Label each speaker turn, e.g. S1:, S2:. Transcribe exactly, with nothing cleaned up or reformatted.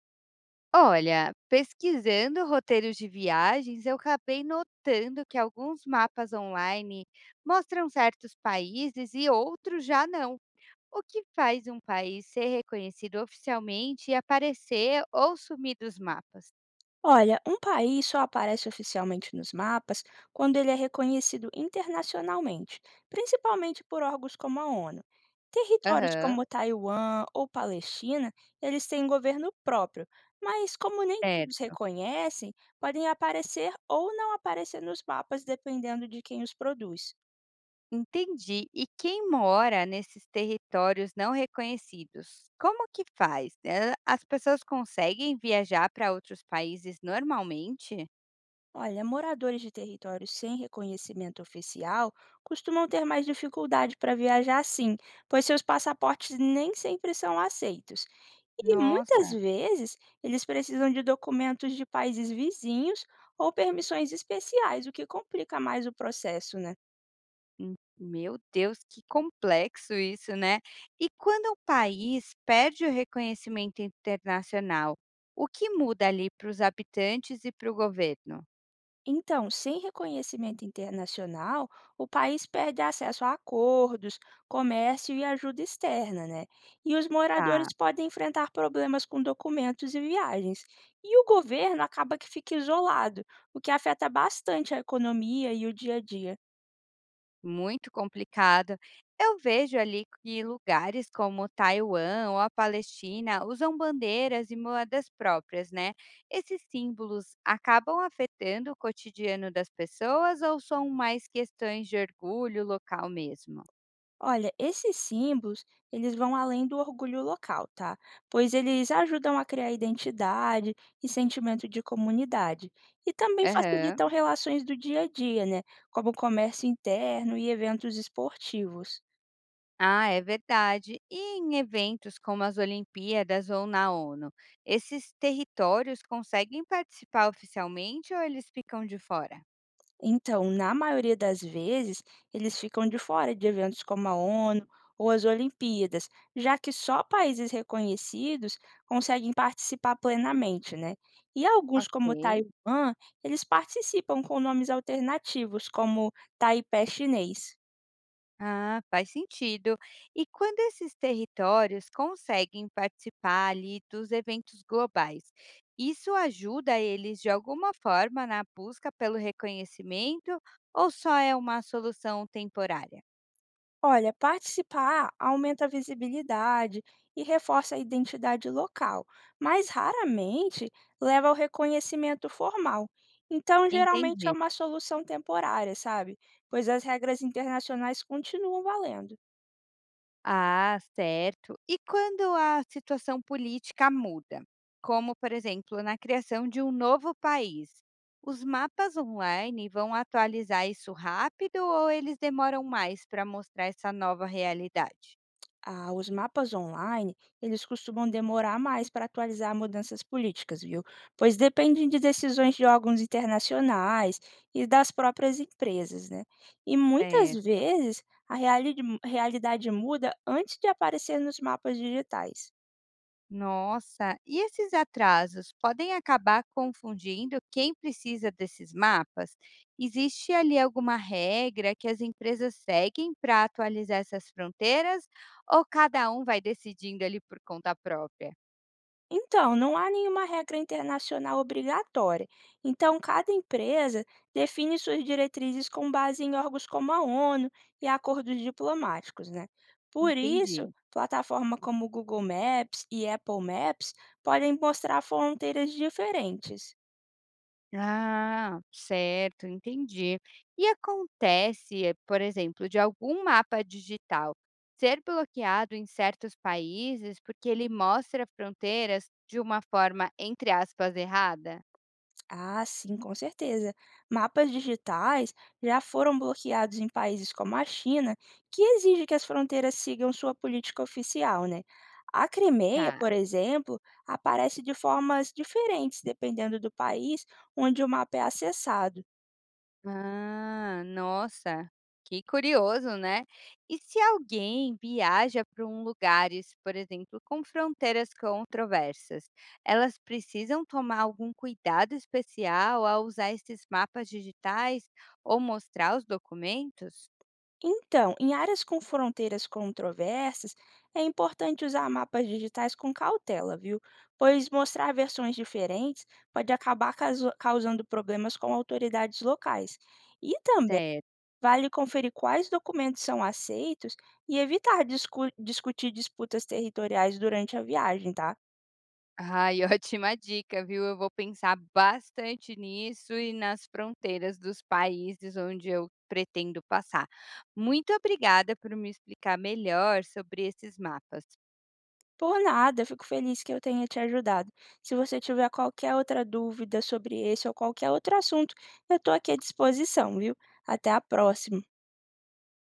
S1: Olha, pesquisando roteiros de viagens, eu acabei notando que alguns mapas online mostram certos países e outros já não. O que faz um país ser reconhecido oficialmente e aparecer ou sumir dos mapas?
S2: Olha, um país só aparece oficialmente nos mapas quando ele é reconhecido internacionalmente, principalmente por órgãos como a ONU. Territórios
S1: Aham,
S2: como Taiwan ou Palestina, eles têm governo próprio, mas como nem todos
S1: certo.
S2: reconhecem, podem aparecer ou não aparecer nos mapas dependendo de quem os produz.
S1: Entendi. E quem mora nesses territórios não reconhecidos? Como que faz? Eh, As pessoas conseguem viajar para outros países normalmente?
S2: Olha, moradores de territórios sem reconhecimento oficial costumam ter mais dificuldade para viajar sim, pois seus passaportes nem sempre são aceitos. E muitas
S1: Nossa.
S2: vezes eles precisam de documentos de países vizinhos ou permissões especiais, o que complica mais o processo, né?
S1: Hum, meu Deus, que complexo isso, né. E quando um país perde o reconhecimento internacional, o que muda ali para os habitantes e para o governo?
S2: Então, sem reconhecimento internacional, o país perde acesso a acordos, comércio e ajuda externa, né? E os moradores
S1: Tá,
S2: podem enfrentar problemas com documentos e viagens. E o governo acaba que fica isolado, o que afeta bastante a economia e o dia a dia.
S1: muito complicado. Eu vejo ali que lugares como Taiwan ou a Palestina usam bandeiras e moedas próprias, né. Esses símbolos acabam afetando o cotidiano das pessoas ou são mais questões de orgulho local mesmo?
S2: Olha, esses símbolos, eles vão além do orgulho local, tá? Pois eles ajudam a criar identidade e sentimento de comunidade. E também
S1: Aham.
S2: facilitam relações do dia a dia, né? Como comércio interno e eventos esportivos.
S1: Ah, é verdade. E em eventos como as Olimpíadas ou na ONU, esses territórios conseguem participar oficialmente ou eles ficam de fora?
S2: Então, na maioria das vezes, eles ficam de fora de eventos como a ONU ou as Olimpíadas, já que só países reconhecidos conseguem participar plenamente, né? E alguns, como
S1: Ok.
S2: Taiwan, eles participam com nomes alternativos, como Taipei chinês.
S1: Ah, faz sentido. E quando esses territórios conseguem participar ali dos eventos globais, isso ajuda eles de alguma forma na busca pelo reconhecimento ou só é uma solução temporária?
S2: Olha, participar aumenta a visibilidade e reforça a identidade local, mas raramente leva ao reconhecimento formal. Então, geralmente é
S1: Entendi.
S2: uma solução temporária, sabe? Pois as regras internacionais continuam valendo.
S1: Ah, certo. E quando a situação política muda, como, por exemplo, na criação de um novo país, os mapas online vão atualizar isso rápido ou eles demoram mais para mostrar essa nova realidade?
S2: Ah, os mapas online, eles costumam demorar mais para atualizar mudanças políticas, viu? Pois dependem de decisões de órgãos internacionais e das próprias empresas, né? E muitas
S1: Certo.
S2: vezes a reali- realidade muda antes de aparecer nos mapas digitais.
S1: Nossa, e esses atrasos podem acabar confundindo quem precisa desses mapas? Existe ali alguma regra que as empresas seguem para atualizar essas fronteiras ou cada um vai decidindo ali por conta própria?
S2: Então, não há nenhuma regra internacional obrigatória. Então, cada empresa define suas diretrizes com base em órgãos como a ONU e acordos diplomáticos, né? Por isso,
S1: Entendi.
S2: plataformas como Google Maps e Apple Maps podem mostrar fronteiras diferentes.
S1: Ah, certo, entendi. E acontece, eh, por exemplo, de algum mapa digital ser bloqueado em certos países porque ele mostra fronteiras de uma forma, entre aspas, errada?
S2: Ah, sim, com certeza. Mapas digitais já foram bloqueados em países como a China, que exige que as fronteiras sigam sua política oficial, né? A Crimeia, por
S1: Tá.
S2: exemplo, aparece de formas diferentes dependendo do país onde o mapa é acessado.
S1: Ah, nossa, que curioso, né? E se alguém viaja para um lugares, por exemplo, com fronteiras controversas, elas precisam tomar algum cuidado especial ao usar esses mapas digitais ou mostrar os documentos?
S2: Então, em áreas com fronteiras controversas, é importante usar mapas digitais com cautela, viu? Pois mostrar versões diferentes pode acabar caso- causando problemas com autoridades locais. E também
S1: Certo.
S2: vale conferir quais documentos são aceitos e evitar discu- discutir disputas territoriais durante a viagem, tá?
S1: Ai, ótima dica, viu. Eu vou pensar bastante nisso e nas fronteiras dos países onde eu pretendo passar. Muito obrigada por me explicar melhor sobre esses mapas.
S2: Por nada, eu fico feliz que eu tenha te ajudado. Se você tiver qualquer outra dúvida sobre esse ou qualquer outro assunto, eu estou aqui à disposição, viu? Até a próxima.